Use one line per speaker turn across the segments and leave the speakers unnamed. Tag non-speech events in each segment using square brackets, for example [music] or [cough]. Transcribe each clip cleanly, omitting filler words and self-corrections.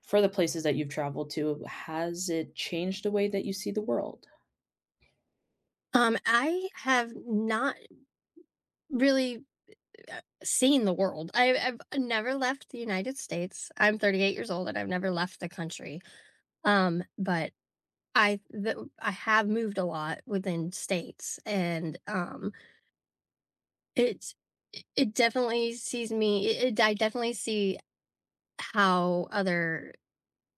For the places that you've traveled to, has it changed the way that you see the world?
I have not really, seen the world. I've never left the United States. I'm 38 years old, and I've never left the country. But I have moved a lot within states, and, it's it definitely sees me it it I definitely see how other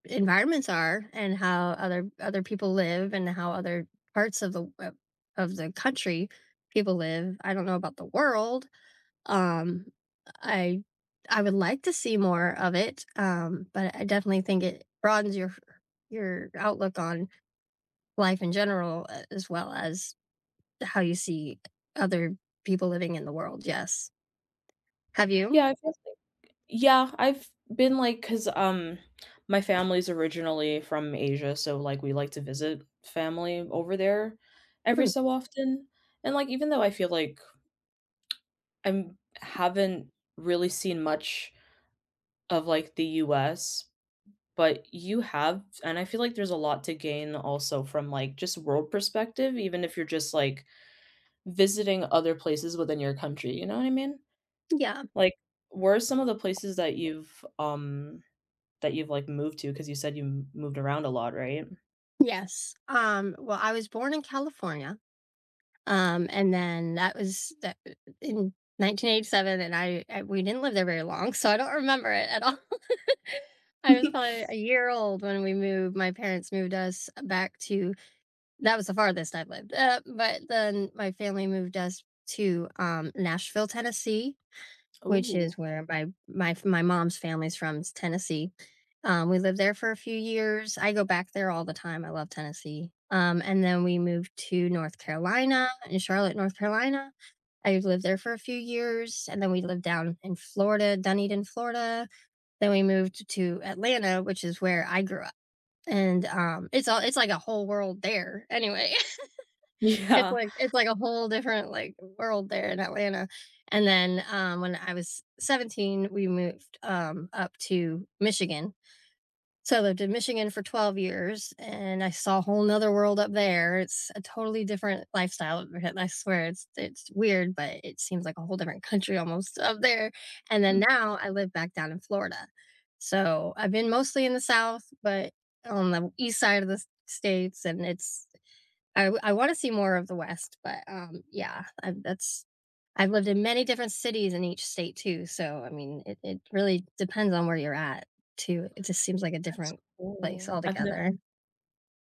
environments are and how other people live and how other parts of of the country people live. I don't know about the world. Um, I I would like to see more of it, but I definitely think it broadens your outlook on life in general, a as well as how you see other people living in the world, yes. Have
Yeah,
you?
I feel Yeah, I've been like, 'cause my family's originally from Asia, so, like, we like to visit family over there every
Mm,
so often, and, like, even though I feel like I'm haven't really seen much of, like, the US, but you have, and I feel like there's a lot to gain also from, like, just world perspective, even if you're just, like, visiting other places within your country, you know what I mean?
yeah.
Like, where are some of the places that That you've, like, moved to because you said you m moved around a lot, right?
Yes. Well, I was born in California, and then that was that in 1987, and I we didn't live there very long, so I don't remember it at all. I was
[laughs]
probably a year old when we moved. My parents moved us back to that was the farthest I've lived. But then my family moved us to Nashville, Tennessee, which is
Oh.
where my mom's family's from. It's Tennessee. We lived there for a few years. I go back there all the time. I love Tennessee. And then we moved to North Carolina in Charlotte, North Carolina. I lived there for a few years, and then we lived down in Florida, Dunedin, Florida, then we moved to Atlanta, which is where I grew up, and, it's all it's like a whole world there anyway. [laughs]
Yeah.
It's like a whole different, like, world there in Atlanta, and then, when I was 17, we moved, up to Michigan, so I lived in Michigan for 12 years and I saw a whole nother world up there. It's a totally different lifestyle. I swear it's weird, but it seems like a whole different country almost up there. And then
Hmm.
now I live back down in Florida. So I've been mostly in the South, but on the east side of the states, and it's I wanna see more of the West, but, yeah, I've lived in many different cities in each state too, so, I mean, it really depends on where you're at too. It just seems like a
That's
different place
cool. I've never
altogether.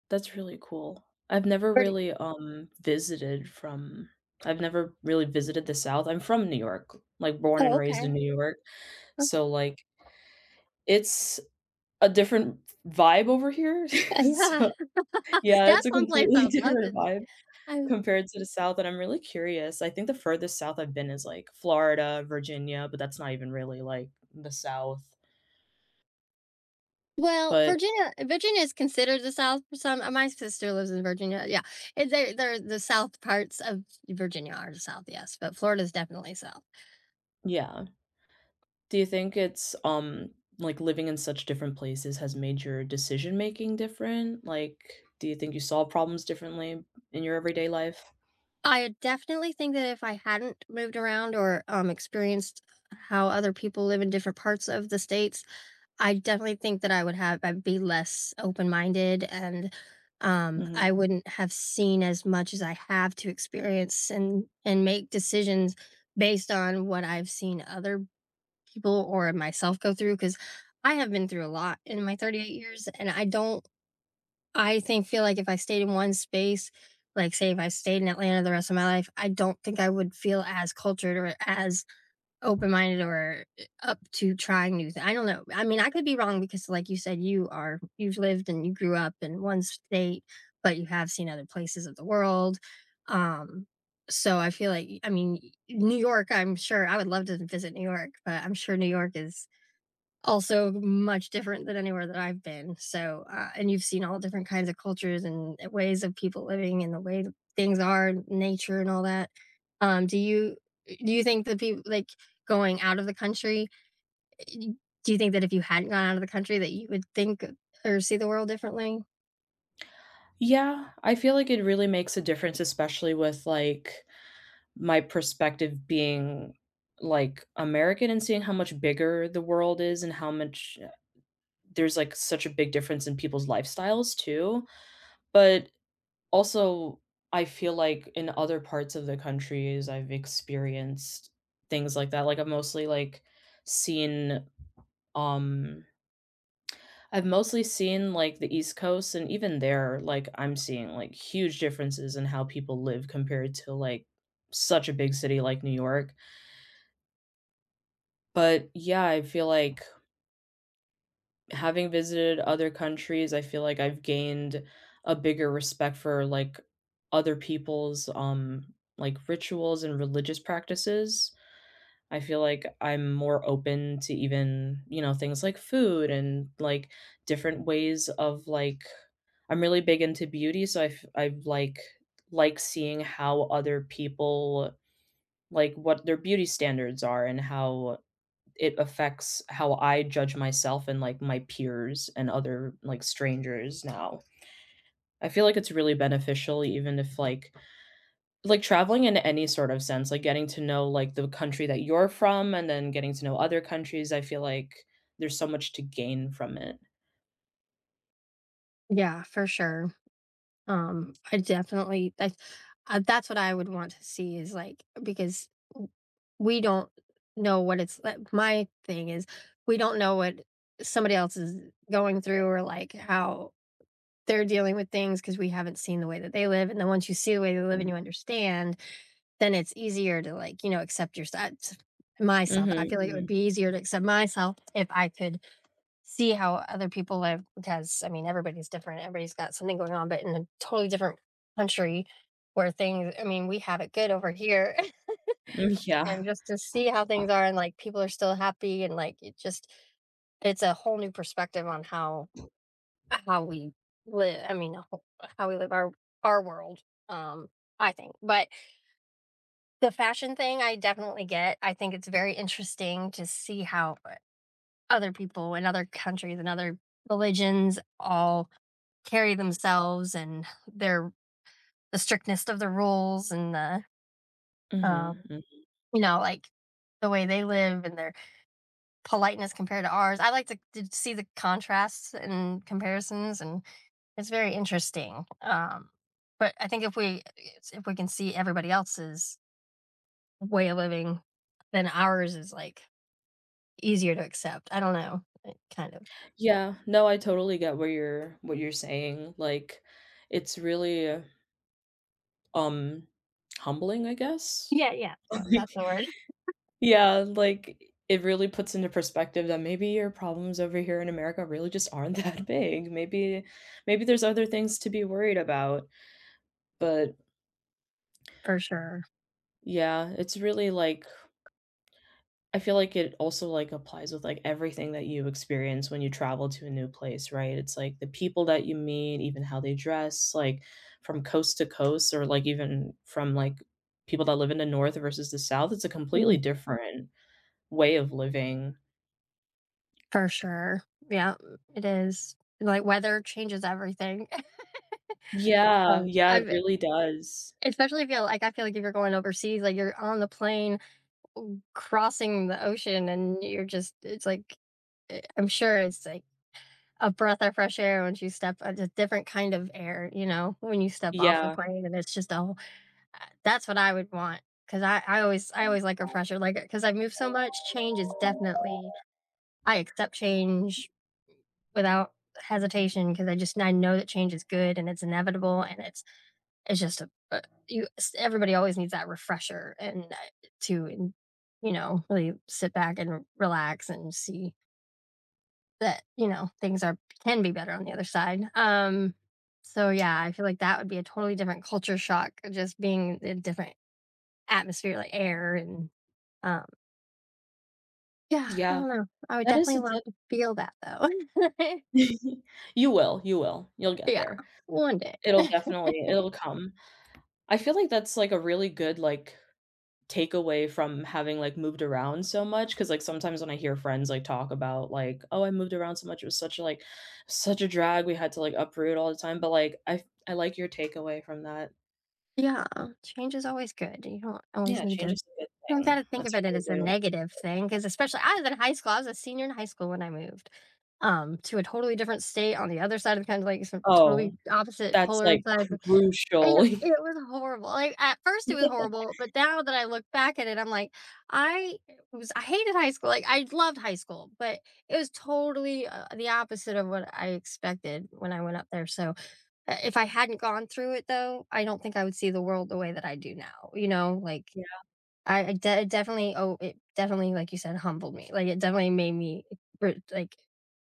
That's really cool. I've never
Where do
really, visited from I've never really visited the South. I'm from New York, like, born and
Oh,
raised
okay.
in New York,
Oh,
so, like, it's a different vibe over here, [laughs]
yeah.
so
[laughs]
yeah, it's
That's
a
one place I
completely [laughs]
would love
different
to
vibe
I
compared to the South, and I'm really curious. I think the furthest south I've been is, like, Florida, Virginia, but that's not even really, like, the South,
well,
but
Virginia is considered the South for some my sister lives in Virginia, yeah. And the South parts of Virginia are the South, yes, but Florida's definitely South.
yeah. Do you think it's, like, living in such different places has made your decision making different? Like, do you think you solve problems differently in your everyday life?
I definitely think that if I hadn't moved around or, experienced how other people live in different parts of the states, I definitely think that I would have I'd be less open-minded, and,
Mhm.
I wouldn't have seen as much as I have to experience and make decisions based on what I've seen other people or myself go through because I have been through a lot in my 38 years, and I don't I think feel like if I stayed in one space, like say if I stayed in Atlanta the rest of my life, I don't think I would feel as cultured or as open minded or up to trying new things. I don't know. I mean, I could be wrong because, like you said, you've lived and you grew up in one state, but you have seen other places of the world. Um, so I feel like I mean New York. I'm sure I would love to visit New York, but I'm sure New York is also much different than anywhere that I've been, so, and you've seen all different kinds of cultures and ways of people living and the way that things are and nature and all that. Um, do you do you think that people like, going out of the country, y- do you think that if you hadn't gone out of the country that you would think or see the world differently?
Yeah, I feel like it really makes a difference, especially with, like, my perspective being, like, American and seeing how much bigger the world is and how much there's, like, such a big difference in people's lifestyles too. But Also, I feel like in other parts of the countries, I've experienced things like that, like, I've mostly, like, seen, um I've mostly seen, like, the East Coast, and even there, like, I'm seeing, like, huge differences in how people live compared to, like, such a big city like New York, but, yeah, I feel like Having visited other countries, I feel like I've gained a bigger respect for, like, other people's, like, rituals and religious practices. I feel like I'm more open to even, you know, things like food and, like, different ways of, I'm really big into beauty, so I like seeing how other people like, what their beauty standards are and how it affects how I judge myself and, like, my peers and other, like, strangers now. I feel like it's really beneficial even if, like, traveling in any sort of sense, like, getting to know, like, the country that you're from and then getting to know other countries, I feel like there's so much to gain from it.
Yeah, for sure. I definitely that's what I would want to see is like because w- we don't know what it's like. My thing is we don't know what somebody else is going through or like how they're dealing with things because we haven't seen the way that they live. And then once you see the way they live
Mhm.
and you understand, then it's easier to like, you know, accept yourself. Myself, I
Mhm,
feel like it would
mhm.
be easier to accept myself if I could see how other people live because I mean everybody's different. Everybody's got something going on, but in a totally different country where things I mean, we have it good over here. [laughs]
Mm, yeah.
And just to see how things are and like people are still happy and like it just it's a whole new perspective on how we live. I mean how we live our world. Um I think. But the fashion thing I definitely get. I think it's very interesting to see how other people in other countries and other religions all carry themselves and their the strictness of the rules and the um,
Mhm, mm.
you know like the way they live and their politeness compared to ours. I like to see the contrasts and comparisons, and it's very interesting. But I think if we can see everybody else's way of living, then ours is like easier to accept. I don't know, like, kind of.
Yeah, no, I totally get where you're saying, like, it's really, um, humbling, I guess?
Yeah, yeah, yeah.
[laughs]
That's the word
Yeah, like, it really puts into perspective that maybe your problems over here in America really just aren't [laughs] that big. Maybe maybe there's other things to be worried about, but,
for sure.
yeah, it's really, I feel like it also, like, applies with, like, everything that you experience when you travel to a new place, right? It's, like, the people that you meet, even how they dress, like, from coast to coast or, like, even from, like, people that live in the North versus the South, it's a completely different way of living.
For sure. Yeah, it is. Like, weather changes everything. [laughs]
Yeah, yeah, it
I've
really does.
Especially feel like I feel like if you're going overseas, like, you're on the plane w crossing the ocean, and you're just it's like, I'm sure it's like a breath of fresh air once you step it's a different kind of air, you know, when you step off the
Yeah,
plane, and it's just a whole uh, that's what I would want because I always like a fresher, like because 'cause I've moved so much, change is definitely I accept change without hesitation because I know that change is good and it's inevitable and it's just a you everybody always needs that refresher and to and, you know really sit back and relax and see that you know things are can be better on the other side. So yeah, I feel like that would be a totally different culture shock just being in a different atmosphere like air and um yeah, I
yeah.
don't know. I would
That is
definitely
a
love
dip
to feel that though. [laughs]
[laughs] You will, you will. You'll get
Yeah,
there.
one day.
It'll
[laughs]
definitely it'll come. I feel like that's, like, a really good, like, takeaway from having, like, moved around so much. Because like, sometimes when I hear friends, like, talk about, like, "Oh, I moved around so much, it was such a, like such a drag, we had to, like, uproot all the time," but, like, I like your takeaway from that.
Yeah, change is always good. You don't always
Yeah,
need to
change is a good
You don't
thing.
gotta think
That's
of it
a
as a
great way to
negative thing, because especially I was a senior in high school when I moved, to a totally different state on the other side of the country, like, some
Oh,
totally opposite
that's,
polar
like,
sides, and
crucial.
it was horrible, like, at first it was
[laughs]
horrible, but now that I look back at it, I'm like, I was I hated high school, like, I loved high school, but it was totally, the opposite of what I expected when I went up there, so if I hadn't gone through it though, I don't think I would see the world the way that I do now, you know? Like
Yeah.
I de- it definitely oh, it definitely like you said humbled me. Like it definitely made me like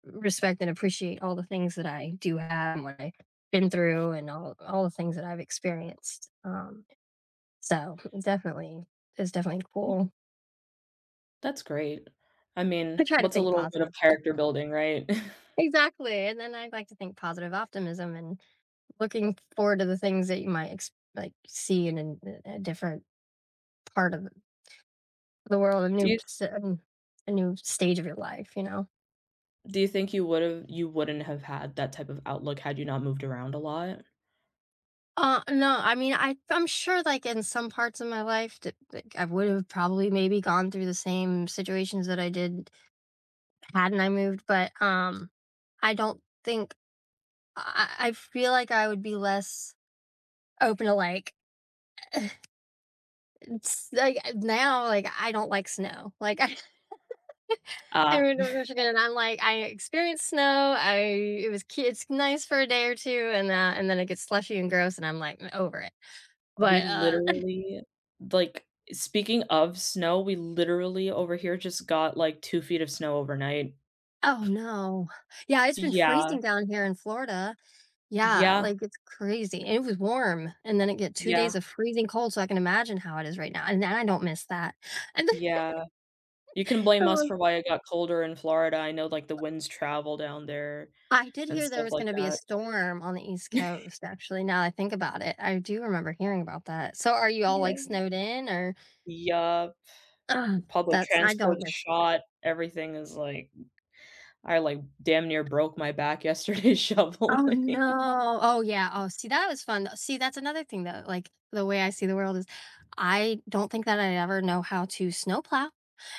respect and appreciate all the things that I do have and what I've been through and all the things that I've experienced. So definitely it's definitely cool.
That's great. I
I
mean,
try to
what's a
think
little bit of
positive. [laughs]
character building, right? [laughs]
Exactly. And then I like to think positive optimism and looking forward to the things that you might like see in a different part of the world,
Do you
a new stage of your life, you know?
do you think you would've you wouldn't have had that type of outlook had you not moved around a lot?
No, I mean, I'm sure like in some parts of my life that like, I would have probably maybe gone through the same situations that I did hadn't I moved, but I don't think I feel like I would be less open to like it's like now like I don't like snow. Like [laughs]
Uh,
I moved to Michigan, and I'm like, I experienced snow. I It was cu it's nice for a day or 2, and then it gets slushy and gross, and I'm like, I over it."
we
But, [laughs]
literally like, speaking of snow, we literally over here just got, like, 2 feet of snow overnight.
oh, no. Yeah, it's been
Yeah.
freezing down here in Florida. Yeah,
Yeah,
like, it's crazy. And it was warm, and then it get 2
yeah,
days of freezing cold, so I can imagine how it is right now, and then I don't miss that. And then
yeah. You can
[laughs]
blame
the
us
one-
for why it got colder in Florida. I know, like, the winds travel down there
I did
and
hear there
stuff
was
like
gonna be a
that.
storm on the East Coast, actually, now that I think about it. I do remember hearing about that. So are you all,
Yeah.
like, snowed in or
Yeah.
ugh,
Public
that's I don't
transport's
miss
shot, everything is, like I, like, damn near broke my back yesterday [laughs]
Oh,
shoveling.
no. Oh, yeah. Oh, see, that was fun. See, that's another thing though, like, the way I see the world is I don't think that I'd ever know how to snowplow,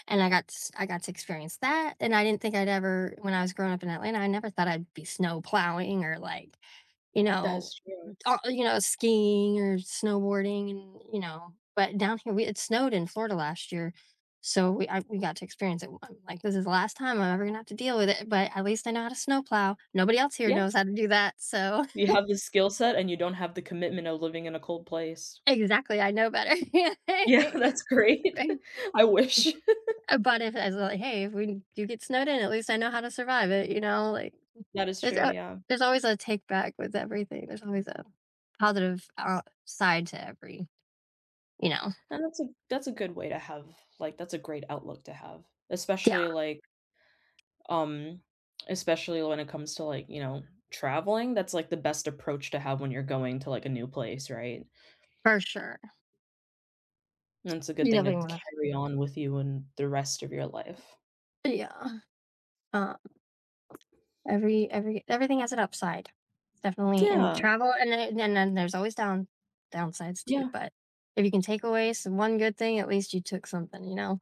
and I got to experience that, and I didn't think I'd ever when I was growing up in Atlanta, I never thought I'd be snowplowing or, like, you know,
That's true.
You know, skiing or snowboarding and, you know, but down here we it snowed in Florida last year, so we got to experience it, I'm like, "This is the last time I'm ever gonna have to deal with it, but at least I know how to snowplow. Nobody else here
Yeah,
knows how to do that, so"
you
[laughs]
have the skill set and you don't have the commitment of living in a cold place.
Exactly, I know better. [laughs]
Yeah, [laughs] that's great.
Right?
[laughs] I wish. [laughs]
But if I was like, "Hey, if we do get snowed in, at least I know how to survive it," you know, like,
That is
there's
true,
a
yeah.
there's always a take back with everything, there's always a positive, side to every you know?
And that's a good way to have like, that's a great outlook to have,
Yeah,
especially, like, um especially when it comes to, like, you know, traveling, that's, like, the best approach to have when you're going to, like, a new place, right?
for sure.
And it's a good
You
thing to
definitely wanna
carry on with you in the rest of your life.
Yeah. Um, every everything has an upside, definitely in
Yeah,
travel, and then there's always downsides too.
yeah,
But if you can take away some one good thing, at least you took something, you know,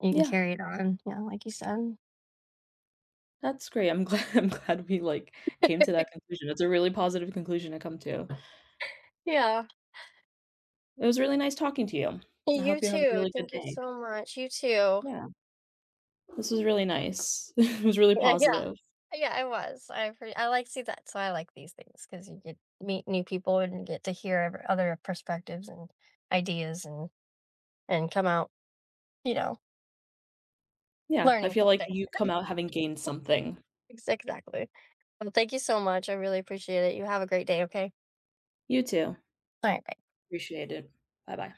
you can
yeah.
carry it on. Yeah, like you said.
That's great. I'm glad [laughs] I'm glad we, like, came to that conclusion. That's a really positive conclusion to come to.
Yeah.
It was really nice talking to you. I
You
hope you have a
too.
really good
Thank you
day.
so much. You too.
Yeah, this was really nice. [laughs] It was really
Yeah. Yeah,
positive.
yeah I was. I like see that. So I like these things because you get meet new people and you get to hear other perspectives and ideas and come out, you know,
Yeah, I
learning
feel like
something.
you come out having gained something.
Ex exactly. Well, thank you so much. I really appreciate it. You have a great day, okay?
You too.
All right.
Appreciate it. Bye-bye.